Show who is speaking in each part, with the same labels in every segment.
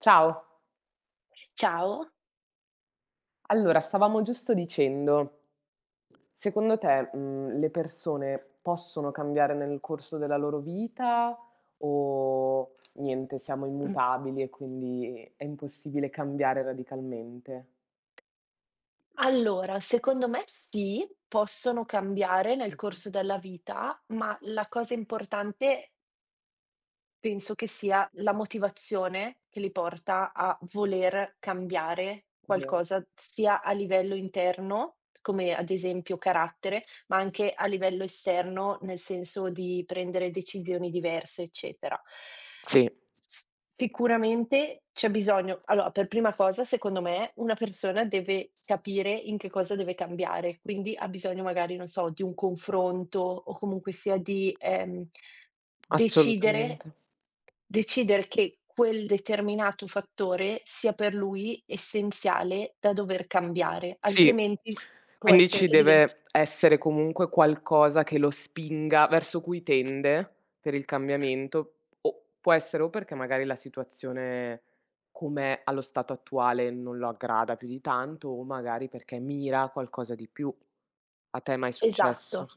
Speaker 1: Ciao,
Speaker 2: Ciao.
Speaker 1: allora stavamo giusto dicendo, secondo te, le persone possono cambiare nel corso della loro vita o niente, siamo
Speaker 2: Mh.
Speaker 1: immutabili e quindi è impossibile cambiare radicalmente?
Speaker 2: Allora, secondo me sì, possono cambiare nel
Speaker 1: Mh-mh.
Speaker 2: corso della vita, ma la cosa importante penso che sia la
Speaker 1: Sì.
Speaker 2: motivazione che li porta a voler cambiare
Speaker 1: Vero.
Speaker 2: qualcosa, sia a livello interno, come ad esempio carattere, ma anche a livello esterno, nel senso di prendere decisioni diverse, eccetera.
Speaker 1: Sì,
Speaker 2: S sicuramente c'è bisogno allora, per prima cosa, secondo me, una persona deve capire in che cosa deve cambiare, quindi ha bisogno magari, non so, di un confronto o comunque sia di, decidere
Speaker 1: assolutamente.
Speaker 2: decidere che quel determinato fattore sia per lui essenziale da dover cambiare,
Speaker 1: Sì,
Speaker 2: altrimenti può
Speaker 1: quindi
Speaker 2: essere
Speaker 1: ci
Speaker 2: che diven
Speaker 1: deve essere comunque qualcosa che lo spinga verso cui tende per il cambiamento, o può essere o perché magari la situazione com'è allo stato attuale non lo aggrada più di tanto, o magari perché mira a qualcosa di più. A te è mai
Speaker 2: esatto.
Speaker 1: successo?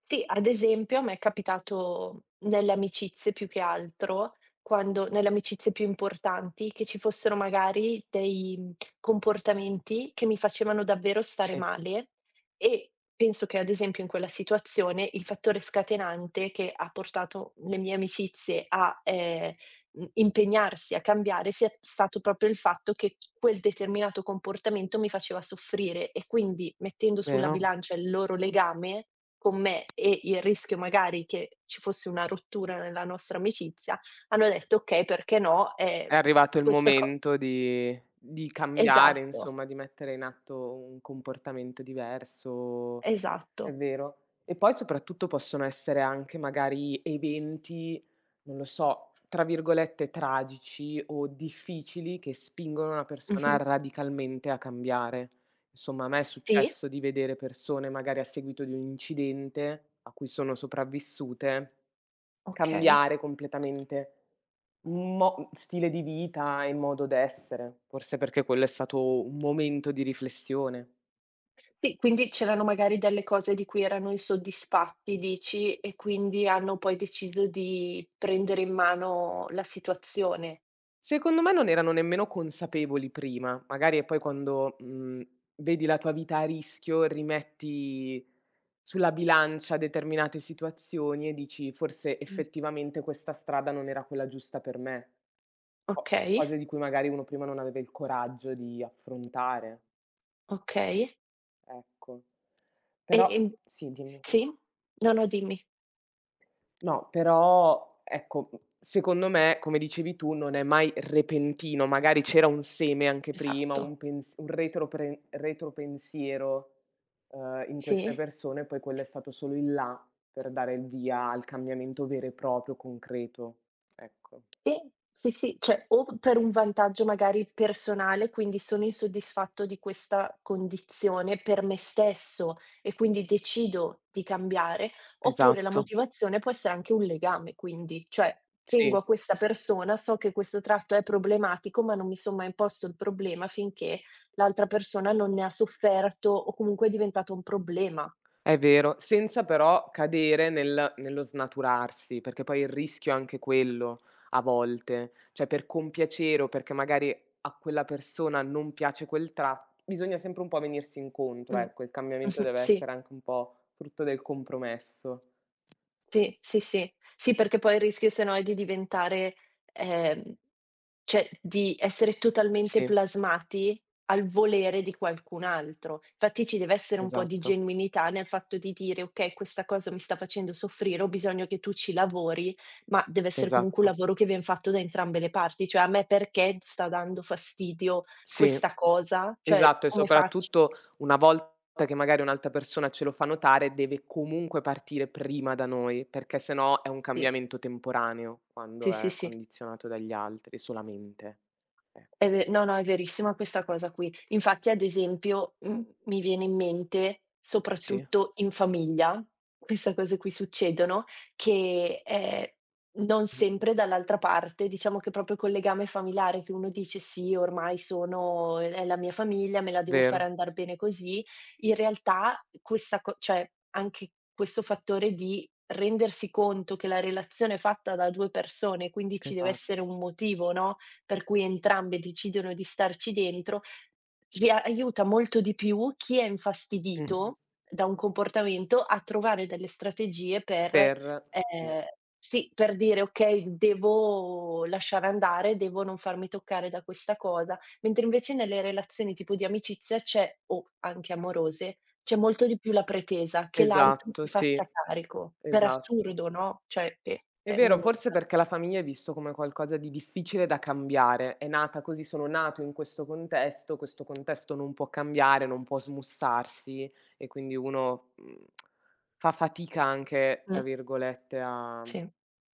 Speaker 2: Sì, ad esempio a me è capitato nelle amicizie più che altro, quando nelle amicizie più importanti, che ci fossero magari dei, comportamenti che mi facevano davvero stare
Speaker 1: Sì,
Speaker 2: male e penso che ad esempio in quella situazione il fattore scatenante che ha portato le mie amicizie a, impegnarsi a cambiare sia stato proprio il fatto che quel determinato comportamento mi faceva soffrire e quindi mettendo sulla
Speaker 1: vero?
Speaker 2: bilancia il loro legame con me e il rischio magari che ci fosse una rottura nella nostra amicizia, hanno detto: "Okay, perché no?"
Speaker 1: È arrivato il
Speaker 2: Questa co
Speaker 1: momento di cambiare,
Speaker 2: esatto,
Speaker 1: insomma, di mettere in atto un comportamento diverso. È
Speaker 2: esatto.
Speaker 1: vero. E poi soprattutto possono essere anche magari eventi, non lo so, tra virgolette "tragici" o difficili che spingono una persona
Speaker 2: Mh-mh.
Speaker 1: radicalmente a cambiare. Insomma, a me è
Speaker 2: Sì,
Speaker 1: successo di vedere persone magari a seguito di un incidente a cui sono sopravvissute,
Speaker 2: okay.
Speaker 1: cambiare completamente mo stile di vita e modo d'essere, forse perché quello è stato un momento di riflessione.
Speaker 2: Sì, quindi c'erano magari delle cose di cui erano insoddisfatti, dici, e quindi hanno poi deciso di prendere in mano la situazione.
Speaker 1: Secondo me non erano nemmeno consapevoli prima, magari e poi quando, vedi la tua vita a rischio, rimetti sulla bilancia determinate situazioni e dici: "Forse
Speaker 2: Mh.
Speaker 1: effettivamente questa strada non era quella giusta per me." Co
Speaker 2: Okay,
Speaker 1: cose di cui magari uno prima non aveva il coraggio di affrontare,
Speaker 2: okay.
Speaker 1: ecco.
Speaker 2: E,
Speaker 1: Però
Speaker 2: ehm
Speaker 1: sì, dimmi.
Speaker 2: sì? No, no, dimmi.
Speaker 1: No, però ecco, secondo me, come dicevi tu, non è mai repentino, magari c'era un seme anche prima,
Speaker 2: Esatto.
Speaker 1: un pens un retropre retropensiero, in queste
Speaker 2: Sì?
Speaker 1: persone, poi quello è stato solo il là per dare il via al cambiamento vero e proprio, concreto. Ecco.
Speaker 2: Sì, sì, sì, cioè o per un vantaggio magari personale, quindi sono insoddisfatto di questa condizione per me stesso e quindi decido di cambiare, oppure la
Speaker 1: Esatto,
Speaker 2: motivazione può essere anche un legame quindi, cioè tengo
Speaker 1: sì.
Speaker 2: a questa persona, so che questo tratto è problematico, ma non mi son mai posto il problema finché l'altra persona non ne ha sofferto o comunque è diventato un problema.
Speaker 1: È vero, senza però cadere nel nello snaturarsi, perché poi il rischio è anche quello a volte, cioè per compiacere o perché magari a quella persona non piace quel tratto bisogna sempre un po' venirsi incontro,
Speaker 2: Mh.
Speaker 1: ecco, il cambiamento
Speaker 2: Mh-mh,
Speaker 1: deve
Speaker 2: sì.
Speaker 1: essere anche un po' frutto del compromesso.
Speaker 2: Sì, sì, sì. Sì, perché poi il rischio se no è di diventare, ehm, cioè di essere totalmente
Speaker 1: Sì,
Speaker 2: plasmati al volere di qualcun altro. Infatti ci deve essere un po' di
Speaker 1: esatto,
Speaker 2: genuinità nel fatto di dire: "Okay, questa cosa mi sta facendo soffrire, ho bisogno che tu ci lavori", ma deve essere comunque un
Speaker 1: esatto.
Speaker 2: lavoro che vien fatto da entrambe le parti. Cioè, a me perché sta dando fastidio
Speaker 1: Sì.
Speaker 2: questa cosa? Cioè,
Speaker 1: Esatto, e
Speaker 2: come faccio?
Speaker 1: soprattutto una volta che magari un'altra persona ce lo fa notare, deve comunque partire prima da noi, perché se no è un
Speaker 2: Sì,
Speaker 1: cambiamento temporaneo
Speaker 2: sì,
Speaker 1: quando
Speaker 2: sì,
Speaker 1: è
Speaker 2: sì.
Speaker 1: condizionato dagli altri solamente. Eh,
Speaker 2: È ve no, no, è verissima questa cosa qui. Infatti, ad esempio, mi viene in mente,
Speaker 1: sì,
Speaker 2: soprattutto in famiglia, queste cose qui succedono, che, non
Speaker 1: mh,
Speaker 2: sempre dall'altra parte, diciamo che proprio col legame familiare che uno dice: "Sì, ormai sono è la mia famiglia, me la devo fare
Speaker 1: vero,
Speaker 2: andar bene così." In realtà questa co cioè, anche questo fattore di rendersi conto che la relazione è fatta da due persone, quindi ci deve
Speaker 1: esatto.
Speaker 2: essere un motivo, no, per cui entrambe decidono di starci dentro, li a aiuta molto di più chi è
Speaker 1: Mh-mh.
Speaker 2: infastidito da un comportamento a trovare delle strategie per
Speaker 1: Per sì,
Speaker 2: ehm, sì, per dire: "Okay, devo lasciare andare, devo non farmi toccare da questa cosa", mentre invece nelle relazioni tipo di amicizia c'è o anche amorose, c'è molto di più la pretesa che l'altro
Speaker 1: esatto,
Speaker 2: si
Speaker 1: sì,
Speaker 2: faccia carico. Per
Speaker 1: esatto.
Speaker 2: assurdo, no, cioè che
Speaker 1: È
Speaker 2: è un.
Speaker 1: vero, forse perché la famiglia è visto come qualcosa di difficile da cambiare. È nata così, sono nato in questo contesto non può cambiare, non può smussarsi e quindi uno, fa fatica anche, tra
Speaker 2: Mh,
Speaker 1: virgolette, a
Speaker 2: sì,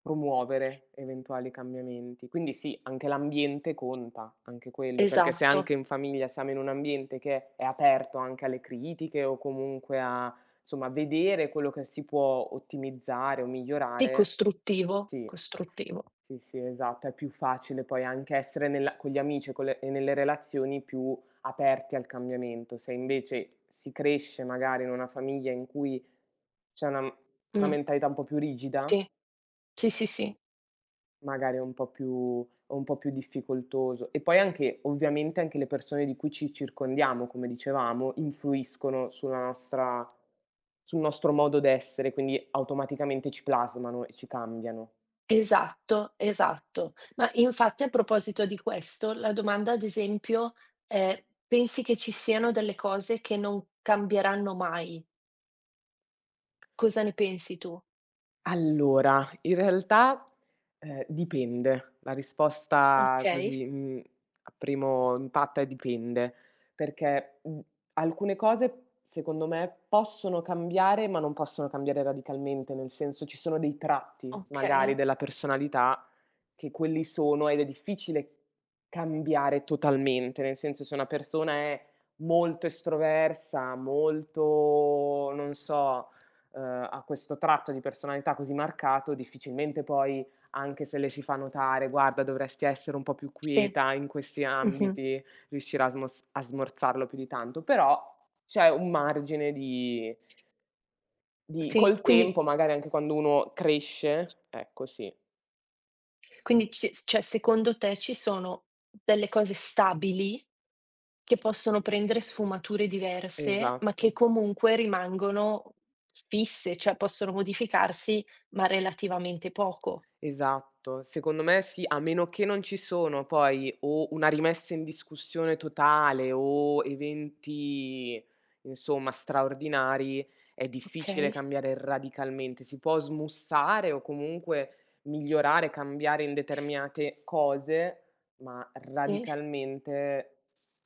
Speaker 1: promuovere eventuali cambiamenti. Quindi sì, anche l'ambiente conta, anche quello, perché se
Speaker 2: esatto.
Speaker 1: anche in famiglia siamo in un ambiente che è aperto anche alle critiche o comunque a. Insomma, vedere quello che si può ottimizzare o
Speaker 2: Sì,
Speaker 1: migliorare
Speaker 2: costruttivo,
Speaker 1: sì,
Speaker 2: costruttivo.
Speaker 1: sì, sì, esatto, è più facile poi anche essere nella con gli amici e con le e nelle relazioni più aperti al cambiamento. Se invece si cresce magari in una famiglia in cui c'è una
Speaker 2: Mh,
Speaker 1: mentalità un po' più rigida.
Speaker 2: sì, sì, sì, sì.
Speaker 1: Magari è un po' più è un po' più difficoltoso. E poi anche ovviamente anche le persone di cui ci circondiamo, come dicevamo, influiscono sulla nostra sul nostro modo d'essere, quindi automaticamente ci plasmano e ci cambiano.
Speaker 2: Esatto, esatto. Ma infatti a proposito di questo, la domanda ad esempio è: pensi che ci siano delle cose che non cambieranno mai? Cosa ne pensi tu?
Speaker 1: Allora, in realtà, dipende. La risposta
Speaker 2: Okay,
Speaker 1: così, a primo impatto è dipende, perché, alcune cose secondo me possono cambiare, ma non possono cambiare radicalmente, nel senso ci sono dei tratti magari
Speaker 2: okay.
Speaker 1: della personalità che quelli sono ed è difficile cambiare totalmente, nel senso se una persona è molto estroversa, molto non so, ha questo tratto di personalità così marcato, difficilmente poi, anche se le si fa notare: "Guarda, dovresti essere un po' più
Speaker 2: Sì,
Speaker 1: quieta in questi
Speaker 2: mh-mh.
Speaker 1: ambiti", riuscirà a smos a smorzarlo più di tanto. Però c'è un margine di
Speaker 2: Sì,
Speaker 1: col
Speaker 2: quindi
Speaker 1: tempo, magari anche quando uno cresce ecco, sì,
Speaker 2: quindi ci cioè secondo te ci sono delle cose stabili che possono prendere sfumature diverse, ma che
Speaker 1: esatto.
Speaker 2: comunque rimangono fisse, cioè possono modificarsi, ma relativamente poco,
Speaker 1: Esatto, secondo me sì, a meno che non ci sono poi o una rimessa in discussione totale o eventi, insomma, straordinari, è difficile
Speaker 2: okay?
Speaker 1: cambiare radicalmente. Si può smussare o comunque migliorare, cambiare in determinate cose, ma
Speaker 2: E
Speaker 1: radicalmente,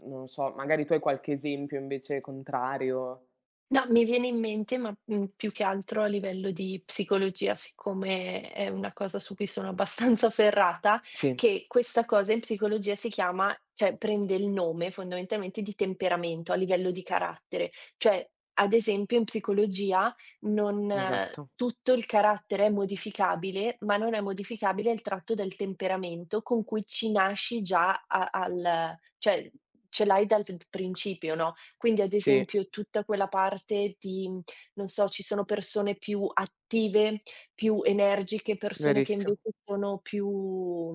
Speaker 1: non so, magari tu hai qualche esempio invece contrario?
Speaker 2: No, mi viene in mente, ma, più che altro a livello di psicologia, siccome è una cosa su cui sono abbastanza ferrata,
Speaker 1: Sì,
Speaker 2: che questa cosa in psicologia si chiama cioè prende il nome fondamentalmente di temperamento, a livello di carattere. Cioè, ad esempio in psicologia non
Speaker 1: esatto.
Speaker 2: tutto il carattere è modificabile, ma non è modificabile il tratto del temperamento con cui ci nasci già a al cioè ce l'hai dal principio, no, quindi ad
Speaker 1: Sì,
Speaker 2: esempio tutta quella parte di non so, ci sono persone più attive, più energiche, persone che
Speaker 1: verissimo.
Speaker 2: invece sono più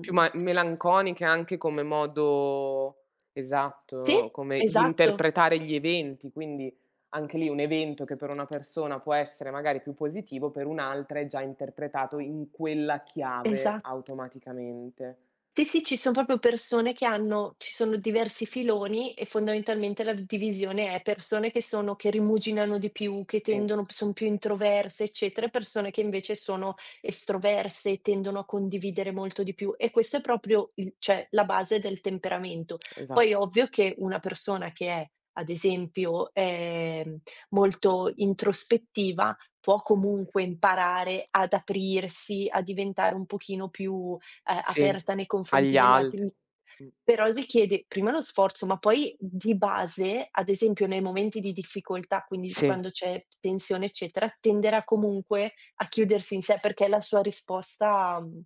Speaker 1: Più ma melanconica anche come modo
Speaker 2: sì,
Speaker 1: esatto, come di
Speaker 2: esatto,
Speaker 1: interpretare gli eventi, quindi anche lì un evento che per una persona può essere magari più positivo, per un'altra è già interpretato in quella chiave
Speaker 2: esa
Speaker 1: automaticamente.
Speaker 2: sì, sì, ci son proprio persone che hanno ci sono diversi filoni e fondamentalmente la v divisione è persone che sono che rimuginano di più, che
Speaker 1: Sì,
Speaker 2: tendono p son più introverse, eccetera, e persone che invece sono estroverse, tendono a condividere molto di più e questo è proprio il cioè la base del temperamento. Poi
Speaker 1: esatto.
Speaker 2: è ovvio che una persona che è, ad esempio, molto introspettiva può comunque imparare ad aprirsi, a diventare un pochino più
Speaker 1: Sì,
Speaker 2: aperta nei confronti
Speaker 1: agli
Speaker 2: degli
Speaker 1: altri.
Speaker 2: altri,
Speaker 1: Mh,
Speaker 2: però richiede prima lo sforzo, ma poi di base, ad esempio nei momenti di difficoltà, quindi
Speaker 1: sì.
Speaker 2: quando c'è tensione eccetera, tenderà comunque a chiudersi in sé perché è la sua risposta,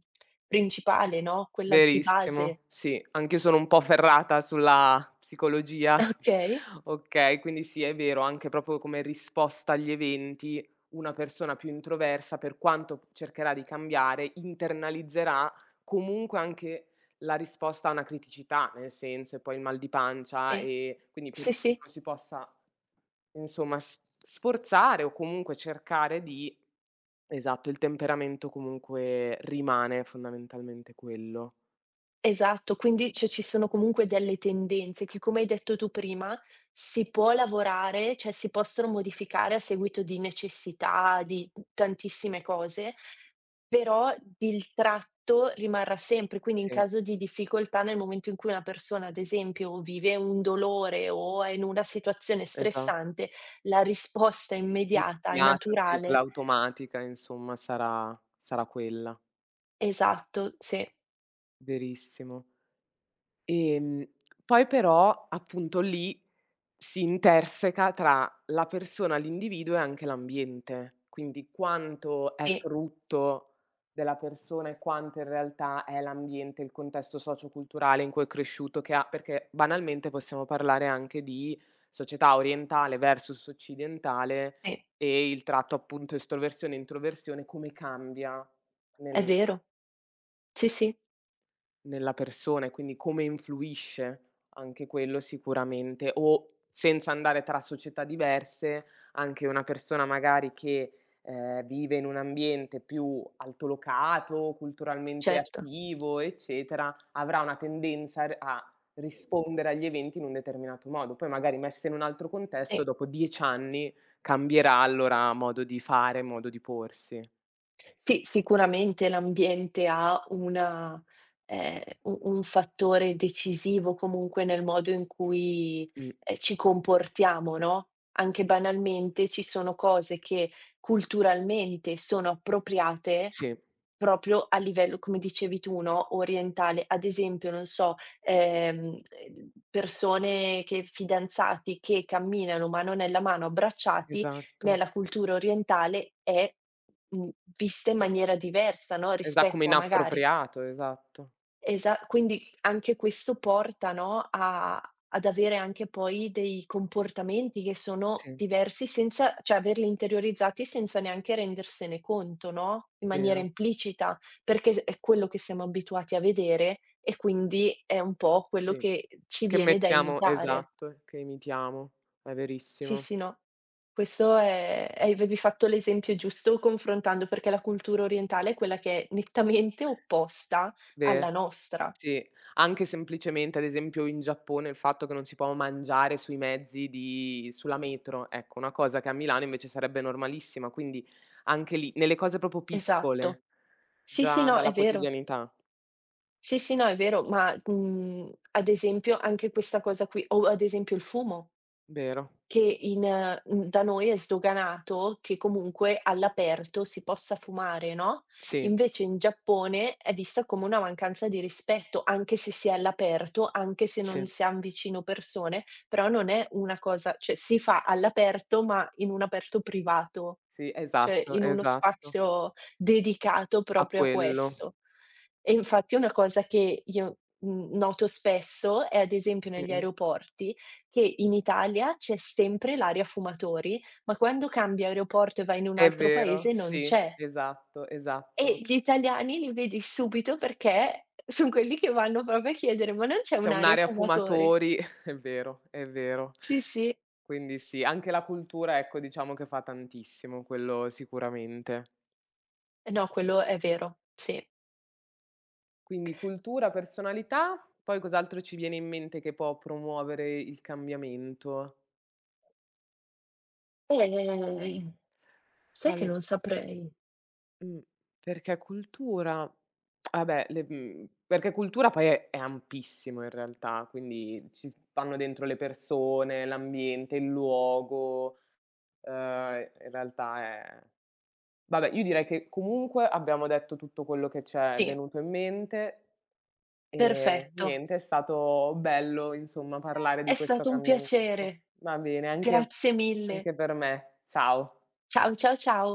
Speaker 2: principale, no, quella di base.
Speaker 1: Verissimo, sì. Anch'io sono un po' ferrata sulla psicologia.
Speaker 2: Okay,
Speaker 1: Okay, quindi sì, è vero, anche proprio come risposta agli eventi, una persona più introversa, per quanto cercherà di cambiare, internalizzerà comunque anche la risposta a una criticità, nel senso, e poi il mal di pancia,
Speaker 2: sì.
Speaker 1: ehm, quindi per
Speaker 2: Sì, sì.
Speaker 1: quanto si possa, insomma, s sforzare o comunque cercare di esatto, il temperamento comunque rimane fondamentalmente quello.
Speaker 2: Esatto, quindi cioè ci sono comunque delle tendenze che, come hai detto tu prima, si può lavorare, cioè si possono modificare a seguito di necessità, di tantissime cose, però il tratto rimarrà sempre. Quindi in
Speaker 1: Sì.
Speaker 2: caso di difficoltà, nel momento in cui una persona, ad esempio, vive un dolore o è in una situazione
Speaker 1: Esa
Speaker 2: stressante, la risposta immediata e
Speaker 1: immediata, sì, quella
Speaker 2: naturale.
Speaker 1: automatica insomma sarà quella,
Speaker 2: Esatto, sì,
Speaker 1: verissimo. Ehm, poi però appunto lì si interseca tra la persona, l'individuo e anche l'ambiente. Quindi quanto è
Speaker 2: sì,
Speaker 1: frutto della persona e quanto in realtà è l'ambiente, il contesto socioculturale in cui è cresciuto che ha perché banalmente possiamo parlare anche di società orientale versus occidentale
Speaker 2: sì,
Speaker 1: e il tratto appunto estroversione, introversione come cambia
Speaker 2: è
Speaker 1: nel
Speaker 2: vero. Sì, sì,
Speaker 1: nella persona e quindi come influisce, anche quello sicuramente. O senza andare tra società diverse, anche una persona magari che, vive in un ambiente più altolocato, culturalmente
Speaker 2: certo,
Speaker 1: attivo, eccetera, avrà una tendenza a r a rispondere agli eventi in un determinato modo. Poi magari messa in un altro contesto,
Speaker 2: sì.
Speaker 1: dopo 10 anni cambierà allora modo di fare, modo di porsi.
Speaker 2: Sì, sicuramente l'ambiente ha una u un fattore decisivo comunque nel modo in cui,
Speaker 1: Mh,
Speaker 2: ci comportiamo, no, anche banalmente ci sono cose che culturalmente sono appropriate
Speaker 1: sì,
Speaker 2: proprio a livello, come dicevi tu, no, orientale. Ad esempio, non so, persone che fidanzati che camminano mano nella mano abbracciati,
Speaker 1: esatto.
Speaker 2: nella cultura orientale è Mh, viste in maniera diversa, no,
Speaker 1: Esa come
Speaker 2: rispetto a magari
Speaker 1: inappropriato, esatto.
Speaker 2: esa quindi anche questo porta, no, a ad avere anche poi dei comportamenti che sono
Speaker 1: Sì,
Speaker 2: diversi senza cioè averli interiorizzati senza neanche rendersene conto, no, in maniera
Speaker 1: vero.
Speaker 2: implicita, perché s è quello che siamo abituati a vedere e quindi è un po' quello
Speaker 1: Sì.
Speaker 2: che ci
Speaker 1: Che
Speaker 2: viene da
Speaker 1: mettiamo
Speaker 2: imitare.
Speaker 1: esatto, che imitiamo. È
Speaker 2: Sì,
Speaker 1: verissimo.
Speaker 2: sì, no. Questo è e avevi fatto l'esempio giusto confrontando, perché la cultura orientale è quella che è nettamente opposta alla
Speaker 1: Ver
Speaker 2: nostra.
Speaker 1: sì. Anche semplicemente, ad esempio, in Giappone il fatto che non si può mangiare sui mezzi di sulla metro, ecco, una cosa che a Milano invece sarebbe normalissima, quindi anche lì, nelle cose proprio
Speaker 2: Esatto.
Speaker 1: piccole,
Speaker 2: Sì, sì,
Speaker 1: già
Speaker 2: no, è
Speaker 1: dalla
Speaker 2: vero.
Speaker 1: quotidianità.
Speaker 2: Sì, sì, no, è vero, ma, ad esempio anche questa cosa qui o ad esempio il fumo.
Speaker 1: Vero.
Speaker 2: Che in da noi è sdoganato che comunque all'aperto si possa fumare, no,
Speaker 1: Sì,
Speaker 2: invece in Giappone è vista come una mancanza di rispetto, anche se si è all'aperto, anche se non
Speaker 1: sì,
Speaker 2: siam vicino persone, però non è una cosa cioè si fa all'aperto, ma in un aperto privato,
Speaker 1: sì,
Speaker 2: cioè
Speaker 1: esatto,
Speaker 2: in uno
Speaker 1: esatto.
Speaker 2: spazio dedicato
Speaker 1: A
Speaker 2: proprio a
Speaker 1: quello.
Speaker 2: questo. E infatti una cosa che io, noto spesso è ad esempio negli
Speaker 1: Mh-mh.
Speaker 2: aeroporti, che in Italia c'è sempre l'area fumatori, ma quando cambi aeroporto e vai in un
Speaker 1: È
Speaker 2: altro
Speaker 1: vero,
Speaker 2: paese non
Speaker 1: sì,
Speaker 2: c'è.
Speaker 1: esatto,
Speaker 2: E
Speaker 1: esatto.
Speaker 2: gli italiani li vedi subito perché son quelli che vanno proprio a chiedere: "Ma non c'è
Speaker 1: C'è
Speaker 2: un'area
Speaker 1: un'area
Speaker 2: fumatori?"
Speaker 1: fumatori, è vero, è vero.
Speaker 2: Sì, sì.
Speaker 1: Quindi sì, anche la cultura, ecco, diciamo che fa tantissimo, quello sicuramente.
Speaker 2: No, quello è vero, sì.
Speaker 1: Quindi cultura, personalità, poi cos'altro ci viene in mente che può promuovere il cambiamento?
Speaker 2: Ehm, sai che
Speaker 1: Al
Speaker 2: non saprei.
Speaker 1: mh, perché cultura vabbè, le perché cultura poi è ampissimo in realtà, quindi ci stanno dentro le persone, l'ambiente, il luogo. In realtà è vabbè, io direi che comunque abbiamo detto tutto quello che c'è
Speaker 2: Sì,
Speaker 1: venuto in mente e
Speaker 2: perfetto.
Speaker 1: niente, è stato bello insomma parlare di
Speaker 2: È
Speaker 1: questo
Speaker 2: stato un
Speaker 1: cambiamento.
Speaker 2: piacere.
Speaker 1: Va bene, anche
Speaker 2: Grazie mille.
Speaker 1: anche per me. Ciao.
Speaker 2: Ciao, ciao, ciao.